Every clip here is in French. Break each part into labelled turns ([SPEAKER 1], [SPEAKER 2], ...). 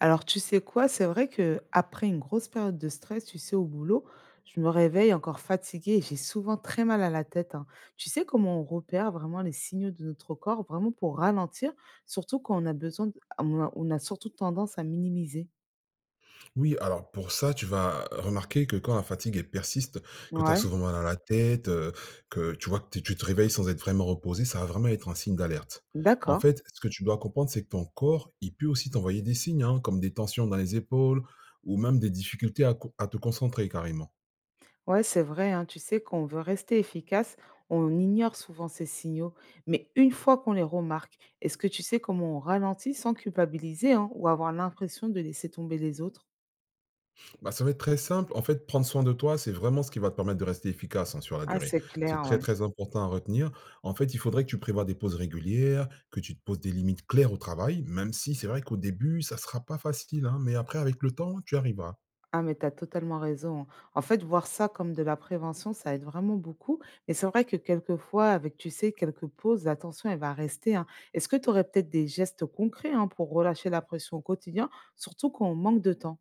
[SPEAKER 1] Alors, tu sais quoi? C'est vrai que après une grosse période de stress, tu sais, au boulot, je me réveille encore fatiguée et j'ai souvent très mal à la tête, hein. Tu sais comment on repère vraiment les signaux de notre corps, vraiment pour ralentir, surtout quand on a besoin, on a surtout tendance à minimiser.
[SPEAKER 2] Oui, alors pour ça, tu vas remarquer que quand la fatigue elle persiste, que tu as
[SPEAKER 1] Ouais,
[SPEAKER 2] souvent mal à la tête, que tu vois que tu te réveilles sans être vraiment reposé, ça va vraiment être un signe d'alerte. En
[SPEAKER 1] d'accord.
[SPEAKER 2] fait, ce que tu dois comprendre, c'est que ton corps, il peut aussi t'envoyer des signes, hein, comme des tensions dans les épaules ou même des difficultés à co à te concentrer carrément.
[SPEAKER 1] Ouais, c'est vrai, hein. Tu sais, quand on veut rester efficace, on ignore souvent ces signaux. Mais une fois qu'on les remarque, est-ce que tu sais comment on ralentit sans culpabiliser, hein, ou avoir l'impression de laisser tomber les autres?
[SPEAKER 2] Bah, ça va être très simple. En fait, prendre soin de toi, c'est vraiment ce qui va te permettre de rester efficace, hein, sur la
[SPEAKER 1] Ah,
[SPEAKER 2] durée.
[SPEAKER 1] c'est
[SPEAKER 2] C'est
[SPEAKER 1] clair,
[SPEAKER 2] très,
[SPEAKER 1] ouais.
[SPEAKER 2] très important à retenir. En fait, il faudrait que tu prévois des pauses régulières, que tu te poses des limites claires au travail, même si c'est vrai qu'au début, ça sera pas facile, hein, mais après, avec le temps, tu arriveras.
[SPEAKER 1] Ah, mais tu as totalement raison. En fait, voir ça comme de la prévention, ça aide vraiment beaucoup. Mais c'est vrai que quelquefois, avec, tu sais, quelques pauses, la tension, elle va rester, hein. Est-ce que tu aurais peut-être des gestes concrets, hein, pour relâcher la pression au quotidien, surtout quand on manque de temps?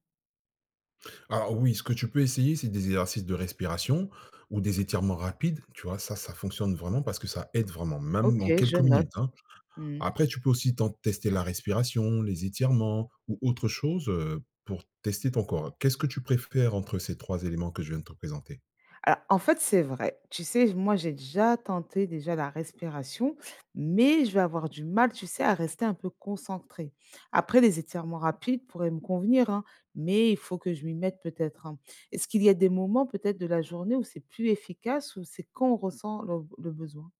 [SPEAKER 2] Alors oui, ce que tu peux essayer, c'est des exercices de respiration ou des étirements rapides, tu vois? Ça fonctionne vraiment parce que ça aide vraiment,
[SPEAKER 1] Ok,
[SPEAKER 2] même en
[SPEAKER 1] je
[SPEAKER 2] quelques minutes,
[SPEAKER 1] note.
[SPEAKER 2] hein.
[SPEAKER 1] Mhm.
[SPEAKER 2] Après, tu peux aussi ten tester la respiration, les étirements ou autre chose, pour tester ton corps. Qu'est-ce que tu préfères entre ces 3 éléments que je viens de te présenter?
[SPEAKER 1] Alors, en fait, c'est vrai. Tu sais, moi, j'ai déjà tenté déjà la respiration, mais je vais avoir du mal, tu sais, à rester un peu concentrée. Après, les étirements rapides pourraient me convenir, hein, mais il faut que je m'y mette peut-être, hein. Est-ce qu'il y a des moments peut-être de la journée où c'est plus efficace, ou c'est quand on ressent le besoin?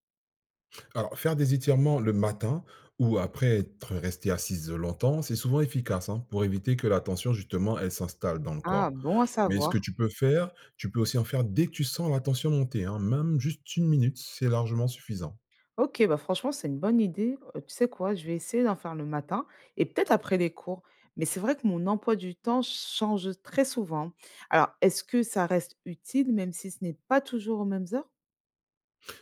[SPEAKER 2] Alors, faire des étirements le matin ou après être resté assise longtemps, c'est souvent efficace, hein, pour éviter que la tension justement, elle s'installe dans le
[SPEAKER 1] Ah,
[SPEAKER 2] corps.
[SPEAKER 1] bon à
[SPEAKER 2] Mais ce que
[SPEAKER 1] savoir.
[SPEAKER 2] tu peux faire, tu peux aussi en faire dès que tu sens la tension monter, hein, même juste une minute, c'est largement suffisant.
[SPEAKER 1] Ok, bah franchement, c'est une bonne idée. Tu sais quoi, je vais essayer d'en faire le matin et peut-être après les cours. Mais c'est vrai que mon emploi du temps change très souvent. Alors, est-ce que ça reste utile, même si ce n'est pas toujours aux mêmes heures?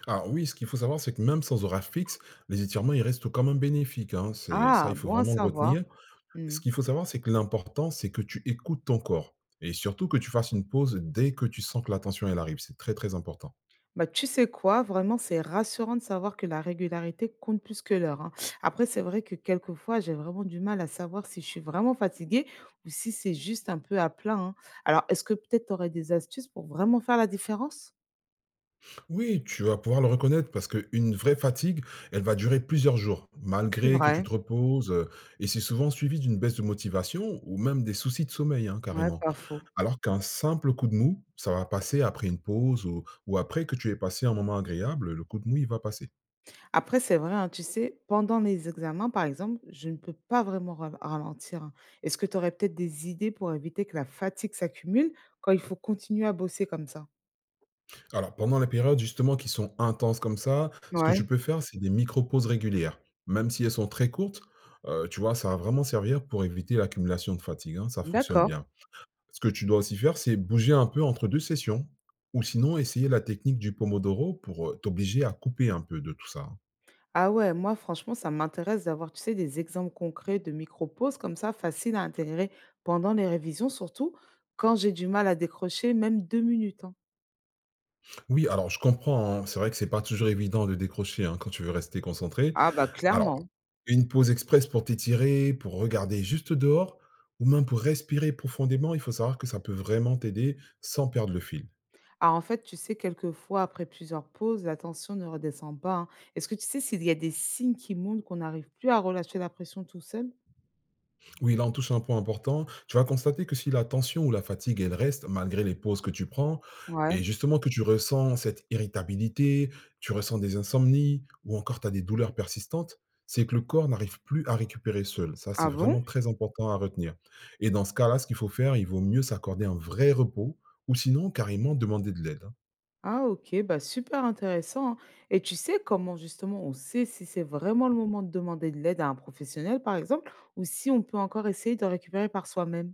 [SPEAKER 2] Alors oui, ce qu'il faut savoir, c'est que même sans horaire fixe, les étirements, ils restent quand même bénéfiques, hein, c'est ça,
[SPEAKER 1] Ah,
[SPEAKER 2] il faut
[SPEAKER 1] bon à
[SPEAKER 2] vraiment le
[SPEAKER 1] savoir.
[SPEAKER 2] retenir.
[SPEAKER 1] Hmm.
[SPEAKER 2] Ce qu'il faut savoir, c'est que l'important, c'est que tu écoutes ton corps et surtout que tu fasses une pause dès que tu sens que la tension, elle arrive. C'est très, très important.
[SPEAKER 1] Bah, tu sais quoi, vraiment, c'est rassurant de savoir que la régularité compte plus que l'heure, hein. Après, c'est vrai que quelquefois, j'ai vraiment du mal à savoir si je suis vraiment fatiguée ou si c'est juste un peu à plein, hein. Alors, est-ce que peut-être tu aurais des astuces pour vraiment faire la différence?
[SPEAKER 2] Oui, tu vas pouvoir le reconnaître parce qu'une vraie fatigue, elle va durer plusieurs jours,
[SPEAKER 1] C'est
[SPEAKER 2] malgré que tu
[SPEAKER 1] vrai.
[SPEAKER 2] te reposes, et c'est souvent suivi d'une baisse de motivation ou même des soucis de sommeil, hein,
[SPEAKER 1] Ouais,
[SPEAKER 2] carrément.
[SPEAKER 1] pas faux.
[SPEAKER 2] Alors qu'un simple coup de mou, ça va passer après une pause ou après que tu aies passé un moment agréable, le coup de mou, il va passer.
[SPEAKER 1] Après, c'est vrai, hein, tu sais, pendant les examens, par exemple, je ne peux pas vraiment ralentir, hein. Est-ce que tu aurais peut-être des idées pour éviter que la fatigue s'accumule quand il faut continuer à bosser comme ça?
[SPEAKER 2] Alors, pendant les périodes justement qui sont intenses comme ça, ce que
[SPEAKER 1] Ouais,
[SPEAKER 2] je peux faire, c'est des micro-pauses régulières. Même si elles sont très courtes, tu vois, ça va vraiment servir pour éviter l'accumulation de fatigue, hein, ça fonctionne
[SPEAKER 1] d'accord.
[SPEAKER 2] bien. Ce que tu dois aussi faire, c'est bouger un peu entre 2 sessions ou sinon essayer la technique du pomodoro pour, t'obliger à couper un peu de tout ça, hein.
[SPEAKER 1] Ah ouais, moi, franchement, ça m'intéresse d'avoir, tu sais, des exemples concrets de micro-pauses comme ça, faciles à intégrer pendant les révisions, surtout quand j'ai du mal à décrocher même 2 minutes, hein.
[SPEAKER 2] Oui, alors je comprends, hein, c'est vrai que c'est pas toujours évident de décrocher, hein, quand tu veux rester concentré.
[SPEAKER 1] Ah bah
[SPEAKER 2] Alors,
[SPEAKER 1] clairement.
[SPEAKER 2] une pause express pour t'étirer, pour regarder juste dehors ou même pour respirer profondément, il faut savoir que ça peut vraiment t'aider sans perdre le fil.
[SPEAKER 1] Ah, en fait, tu sais, quelquefois, après plusieurs pauses, la tension ne redescend pas, hein. Est-ce que tu sais s'il y a des signes qui montrent qu'on n'arrive plus à relâcher la pression tout seul?
[SPEAKER 2] Oui, là, on touche à un point important. Tu vas constater que si la tension ou la fatigue, elle reste malgré les pauses que tu prends
[SPEAKER 1] Ouais.
[SPEAKER 2] et justement que tu ressens cette irritabilité, tu ressens des insomnies ou encore tu as des douleurs persistantes, c'est que le corps n'arrive plus à récupérer seul. Ça,
[SPEAKER 1] Ah
[SPEAKER 2] c'est
[SPEAKER 1] bon?
[SPEAKER 2] vraiment très important à retenir. Et dans ce cas-là, ce qu'il faut faire, il vaut mieux s'accorder un vrai repos ou sinon carrément demander de l'aide.
[SPEAKER 1] Ah ok, bah super intéressant, hein. Et tu sais comment justement on sait si c'est vraiment le moment de demander de l'aide à un professionnel, par exemple, ou si on peut encore essayer de récupérer par soi-même?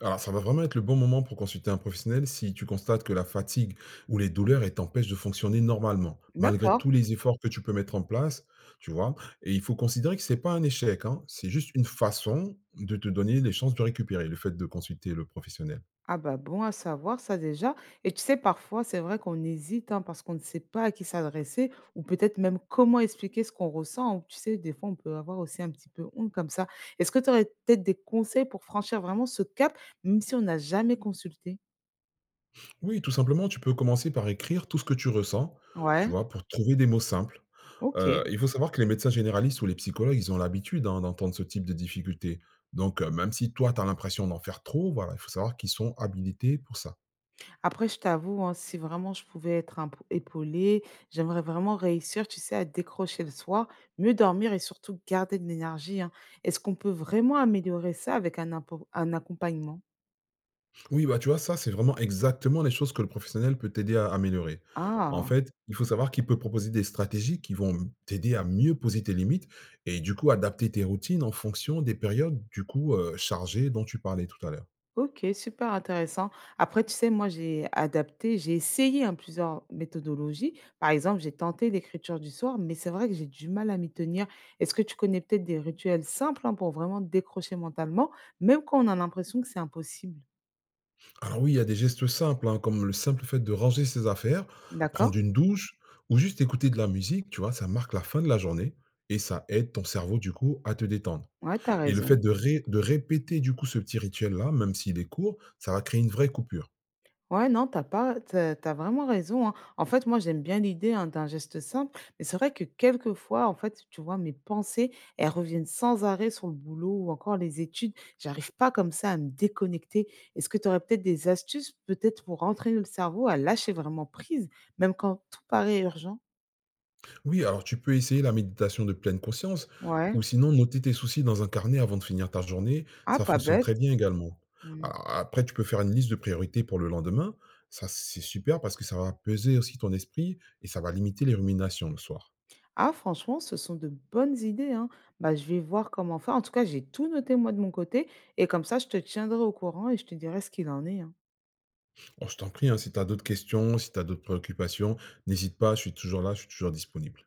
[SPEAKER 2] Alors, ça va vraiment être le bon moment pour consulter un professionnel si tu constates que la fatigue ou les douleurs elles t'empêchent de fonctionner normalement, malgré
[SPEAKER 1] D'accord.
[SPEAKER 2] tous les efforts que tu peux mettre en place, tu vois. Et il faut considérer que c'est pas un échec, hein, c'est juste une façon de te donner les chances de récupérer, le fait de consulter le professionnel.
[SPEAKER 1] Ah bah bon à savoir ça déjà. Et tu sais, parfois, c'est vrai qu'on hésite hein, parce qu'on ne sait pas à qui s'adresser ou peut-être même comment expliquer ce qu'on ressent. Ou tu sais, des fois, on peut avoir aussi un petit peu honte comme ça. Est-ce que tu aurais peut-être des conseils pour franchir vraiment ce cap, même si on n'a jamais consulté?
[SPEAKER 2] Oui, tout simplement, tu peux commencer par écrire tout ce que tu ressens, tu
[SPEAKER 1] Ouais,
[SPEAKER 2] vois, pour trouver des mots simples.
[SPEAKER 1] ok.
[SPEAKER 2] Il faut savoir que les médecins généralistes ou les psychologues, ils ont l'habitude, hein, d'entendre ce type de difficultés. Donc même si toi, tu as l'impression d'en faire trop, voilà, il faut savoir qu'ils sont habilités pour ça.
[SPEAKER 1] Après, je t'avoue, hein, si vraiment je pouvais être épaulée, j'aimerais vraiment réussir, tu sais, à décrocher le soir, mieux dormir et surtout garder de l'énergie, hein. Est-ce qu'on peut vraiment améliorer ça avec un, un accompagnement?
[SPEAKER 2] Oui, bah, tu vois, ça, c'est vraiment exactement les choses que le professionnel peut t'aider à améliorer. En
[SPEAKER 1] Ah,
[SPEAKER 2] fait, il faut savoir qu'il peut proposer des stratégies qui vont, t'aider à mieux poser tes limites et du coup, adapter tes routines en fonction des périodes, du coup, chargées dont tu parlais tout à l'heure.
[SPEAKER 1] OK, super intéressant. Après, tu sais, moi, j'ai adapté, j'ai essayé, hein, plusieurs méthodologies. Par exemple, j'ai tenté l'écriture du soir, mais c'est vrai que j'ai du mal à m'y tenir. Est-ce que tu connais peut-être des rituels simples, hein, pour vraiment décrocher mentalement, même quand on a l'impression que c'est impossible?
[SPEAKER 2] Alors oui, il y a des gestes simples, hein, comme le simple fait de ranger ses affaires,
[SPEAKER 1] D'accord?
[SPEAKER 2] prendre une douche ou juste écouter de la musique, tu vois, ça marque la fin de la journée et ça aide ton cerveau du coup à te détendre.
[SPEAKER 1] Ouais, t'as
[SPEAKER 2] Et le fait
[SPEAKER 1] raison.
[SPEAKER 2] de, de répéter du coup ce petit rituel-là, même s'il est court, ça va créer une vraie coupure.
[SPEAKER 1] Ouais, non, t'as pas t'as as vraiment raison, hein. En fait, moi, j'aime bien l'idée, hein, d'un geste simple, mais c'est vrai que quelquefois, en fait, tu vois, mes pensées, elles reviennent sans arrêt sur le boulot ou encore les études. J'arrive pas comme ça à me déconnecter. Est-ce que tu aurais peut-être des astuces, peut-être pour entraîner le cerveau à lâcher vraiment prise, même quand tout paraît urgent?
[SPEAKER 2] Oui, alors tu peux essayer la méditation de pleine conscience
[SPEAKER 1] Ouais.
[SPEAKER 2] ou sinon noter tes soucis dans un carnet avant de finir ta journée,
[SPEAKER 1] Ah,
[SPEAKER 2] ça
[SPEAKER 1] pas
[SPEAKER 2] fonctionne
[SPEAKER 1] bête.
[SPEAKER 2] très bien également.
[SPEAKER 1] Mmh.
[SPEAKER 2] Alors, après, tu peux faire une liste de priorités pour le lendemain, ça c'est super parce que ça va peser aussi ton esprit et ça va limiter les ruminations le soir.
[SPEAKER 1] Ah, franchement, ce sont de bonnes idées, hein. Bah, je vais voir comment faire. En tout cas, j'ai tout noté, moi, de mon côté, et comme ça, je te tiendrai au courant et je te dirai ce qu'il en est, hein.
[SPEAKER 2] Oh, je t'en prie, hein, si tu as d'autres questions, si tu as d'autres préoccupations, n'hésite pas, je suis toujours là, je suis toujours disponible.